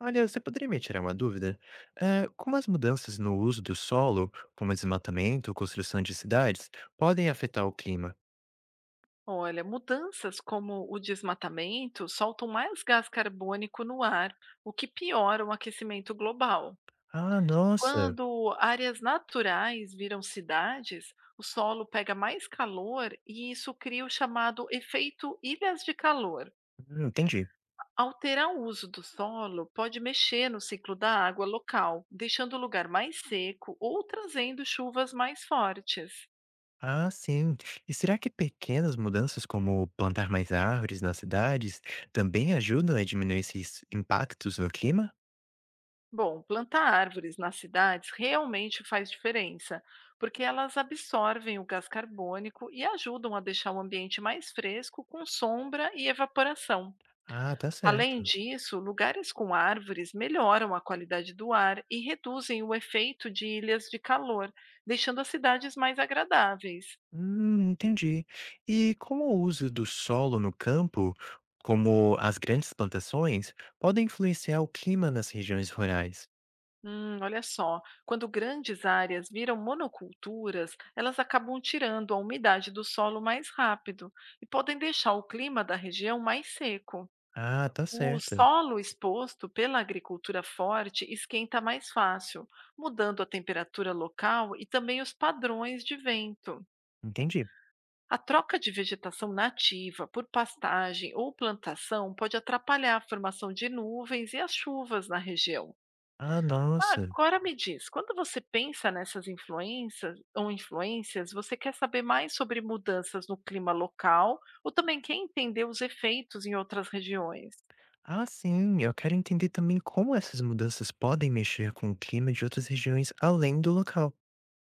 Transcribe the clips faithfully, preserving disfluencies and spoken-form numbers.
Olha, você poderia me tirar uma dúvida? Eh, como as mudanças no uso do solo, como desmatamento ou construção de cidades, podem afetar o clima? Olha, mudanças como o desmatamento soltam mais gás carbônico no ar, o que piora o aquecimento global. Ah, nossa! Quando áreas naturais viram cidades, o solo pega mais calor e isso cria o chamado efeito ilhas de calor. Hum, entendi. Alterar o uso do solo pode mexer no ciclo da água local, deixando o lugar mais seco ou trazendo chuvas mais fortes. Ah, sim. E será que pequenas mudanças, como plantar mais árvores nas cidades, também ajudam a diminuir esses impactos no clima? Bom, plantar árvores nas cidades realmente faz diferença, porque elas absorvem o gás carbônico e ajudam a deixar o ambiente mais fresco, com sombra e evaporação. Ah, tá Além certo. disso, lugares com árvores melhoram a qualidade do ar e reduzem o efeito de ilhas de calor, deixando as cidades mais agradáveis. Hum, entendi. E como o uso do solo no campo, como as grandes plantações, podem influenciar o clima nas regiões rurais? Hum, olha só, quando grandes áreas viram monoculturas, elas acabam tirando a umidade do solo mais rápido e podem deixar o clima da região mais seco. Ah, tá O certo. solo exposto pela agricultura forte esquenta mais fácil, mudando a temperatura local e também os padrões de vento. Entendi. A troca de vegetação nativa por pastagem ou plantação pode atrapalhar a formação de nuvens e as chuvas na região. Ah, nossa. Agora me diz, quando você pensa nessas influências ou influências, você quer saber mais sobre mudanças no clima local ou também quer entender os efeitos em outras regiões? Ah, sim, eu quero entender também como essas mudanças podem mexer com o clima de outras regiões além do local.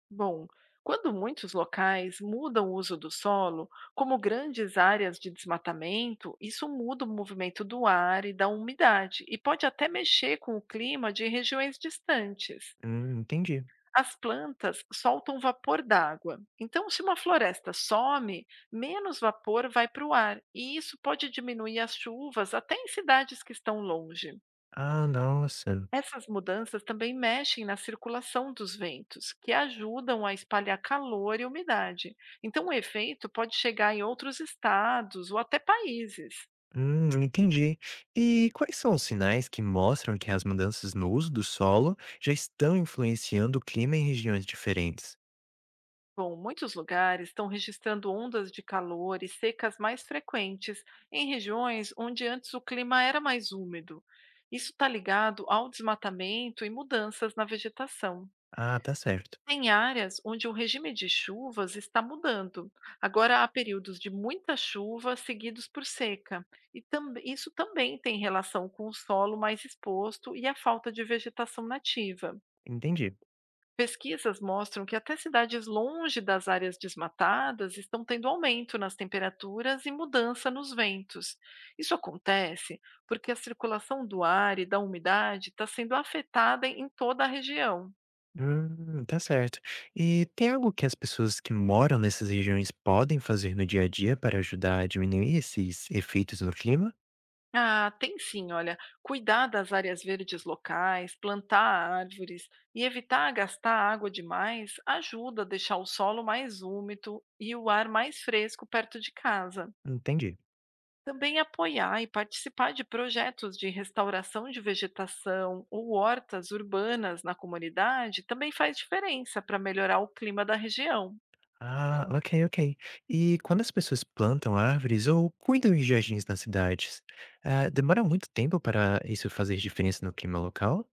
Bom, quando muitos locais mudam o uso do solo, como grandes áreas de desmatamento, isso muda o movimento do ar e da umidade e pode até mexer com o clima de regiões distantes. Hum, entendi. As plantas soltam vapor d'água. Então, se uma floresta some, menos vapor vai para o ar, e isso pode diminuir as chuvas até em cidades que estão longe. Ah, nossa. Essas mudanças também mexem na circulação dos ventos, que ajudam a espalhar calor e umidade. Então, o efeito pode chegar em outros estados ou até países. Hum, entendi. E quais são os sinais que mostram que as mudanças no uso do solo já estão influenciando o clima em regiões diferentes? Bom, muitos lugares estão registrando ondas de calor e secas mais frequentes em regiões onde antes o clima era mais úmido. Isso está ligado ao desmatamento e mudanças na vegetação. Ah, tá certo. Tem áreas onde o regime de chuvas está mudando. Agora há períodos de muita chuva seguidos por seca. E tam- isso também tem relação com o solo mais exposto e a falta de vegetação nativa. Entendi. Pesquisas mostram que até cidades longe das áreas desmatadas estão tendo aumento nas temperaturas e mudança nos ventos. Isso acontece porque a circulação do ar e da umidade está sendo afetada em toda a região. Hum, tá certo. E tem algo que as pessoas que moram nessas regiões podem fazer no dia a dia para ajudar a diminuir esses efeitos no clima? Ah, tem sim, olha. Cuidar das áreas verdes locais, plantar árvores e evitar gastar água demais ajuda a deixar o solo mais úmido e o ar mais fresco perto de casa. Entendi. Também apoiar e participar de projetos de restauração de vegetação ou hortas urbanas na comunidade também faz diferença para melhorar o clima da região. Ah, ok, ok. E quando as pessoas plantam árvores ou cuidam de jardins nas cidades, ah, demora muito tempo para isso fazer diferença no clima local?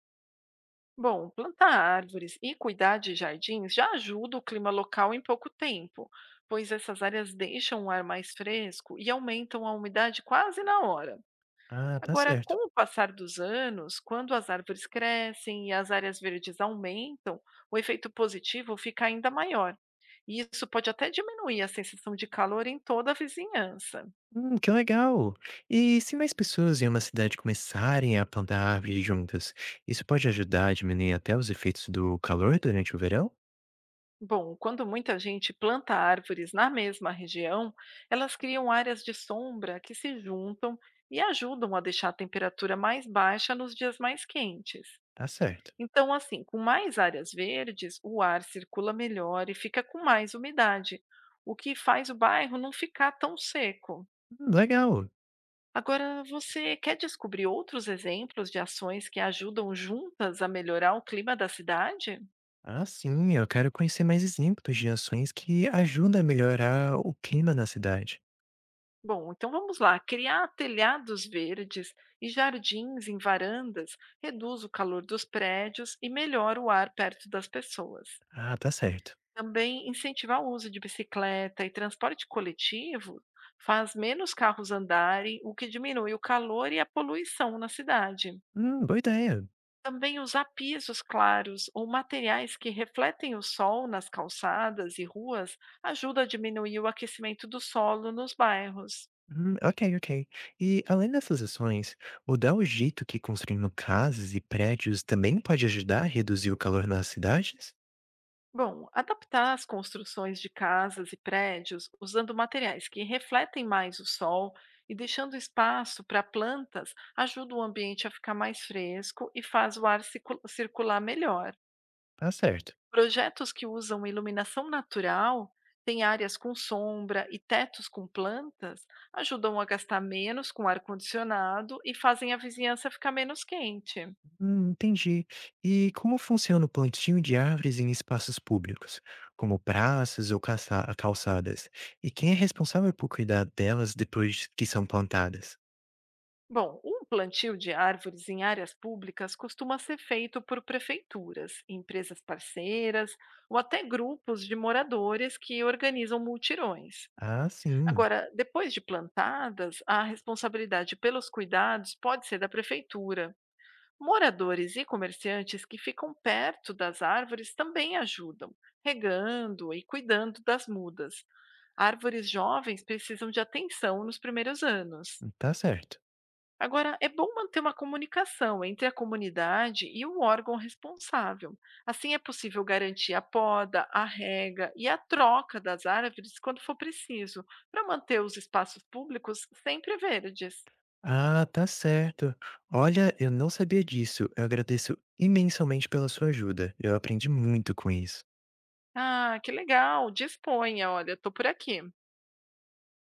Bom, plantar árvores e cuidar de jardins já ajuda o clima local em pouco tempo, pois essas áreas deixam o ar mais fresco e aumentam a umidade quase na hora. Ah, tá Agora, com certo. o passar dos anos, quando as árvores crescem e as áreas verdes aumentam, o efeito positivo fica ainda maior. E isso pode até diminuir a sensação de calor em toda a vizinhança. Hum, que legal! E se mais pessoas em uma cidade começarem a plantar árvores juntas, isso pode ajudar a diminuir até os efeitos do calor durante o verão? Bom, quando muita gente planta árvores na mesma região, elas criam áreas de sombra que se juntam e ajudam a deixar a temperatura mais baixa nos dias mais quentes. Tá certo. Então, assim, com mais áreas verdes, o ar circula melhor e fica com mais umidade, o que faz o bairro não ficar tão seco. Hum, Legal. Agora, você quer descobrir outros exemplos de ações que ajudam juntas a melhorar o clima da cidade? Ah, sim, eu quero conhecer mais exemplos de ações que ajudam a melhorar o clima na cidade. Bom, então vamos lá. Criar telhados verdes e jardins em varandas reduz o calor dos prédios e melhora o ar perto das pessoas. Ah, tá certo. Também incentivar o uso de bicicleta e transporte coletivo faz menos carros andarem, o que diminui o calor e a poluição na cidade. Hum, boa ideia. Também usar pisos claros ou materiais que refletem o sol nas calçadas e ruas ajuda a diminuir o aquecimento do solo nos bairros. Hum, ok, ok. E além dessas ações, mudar o jeito que construímos casas e prédios também pode ajudar a reduzir o calor nas cidades? Bom, adaptar as construções de casas e prédios usando materiais que refletem mais o sol e deixando espaço para plantas ajuda o ambiente a ficar mais fresco e faz o ar circu- circular melhor. Tá certo. Projetos que usam iluminação natural, têm áreas com sombra e tetos com plantas, ajudam a gastar menos com ar-condicionado e fazem a vizinhança ficar menos quente. Hum, entendi. E como funciona o plantio de árvores em espaços públicos, como praças ou caça- calçadas? E quem é responsável por cuidar delas depois que são plantadas? Bom, o plantio de árvores em áreas públicas costuma ser feito por prefeituras, empresas parceiras ou até grupos de moradores que organizam multirões. Ah, sim, Agora, depois de plantadas, a responsabilidade pelos cuidados pode ser da prefeitura. Moradores e comerciantes que ficam perto das árvores também ajudam, regando e cuidando das mudas. Árvores jovens precisam de atenção nos primeiros anos. tá certo. Agora, é bom manter uma comunicação entre a comunidade e o órgão responsável. Assim é possível garantir a poda, a rega e a troca das árvores quando for preciso, para manter os espaços públicos sempre verdes. Ah, tá certo. Olha, eu não sabia disso. Eu agradeço imensamente pela sua ajuda. Eu aprendi muito com isso. Ah, que legal! Disponha, olha, estou por aqui.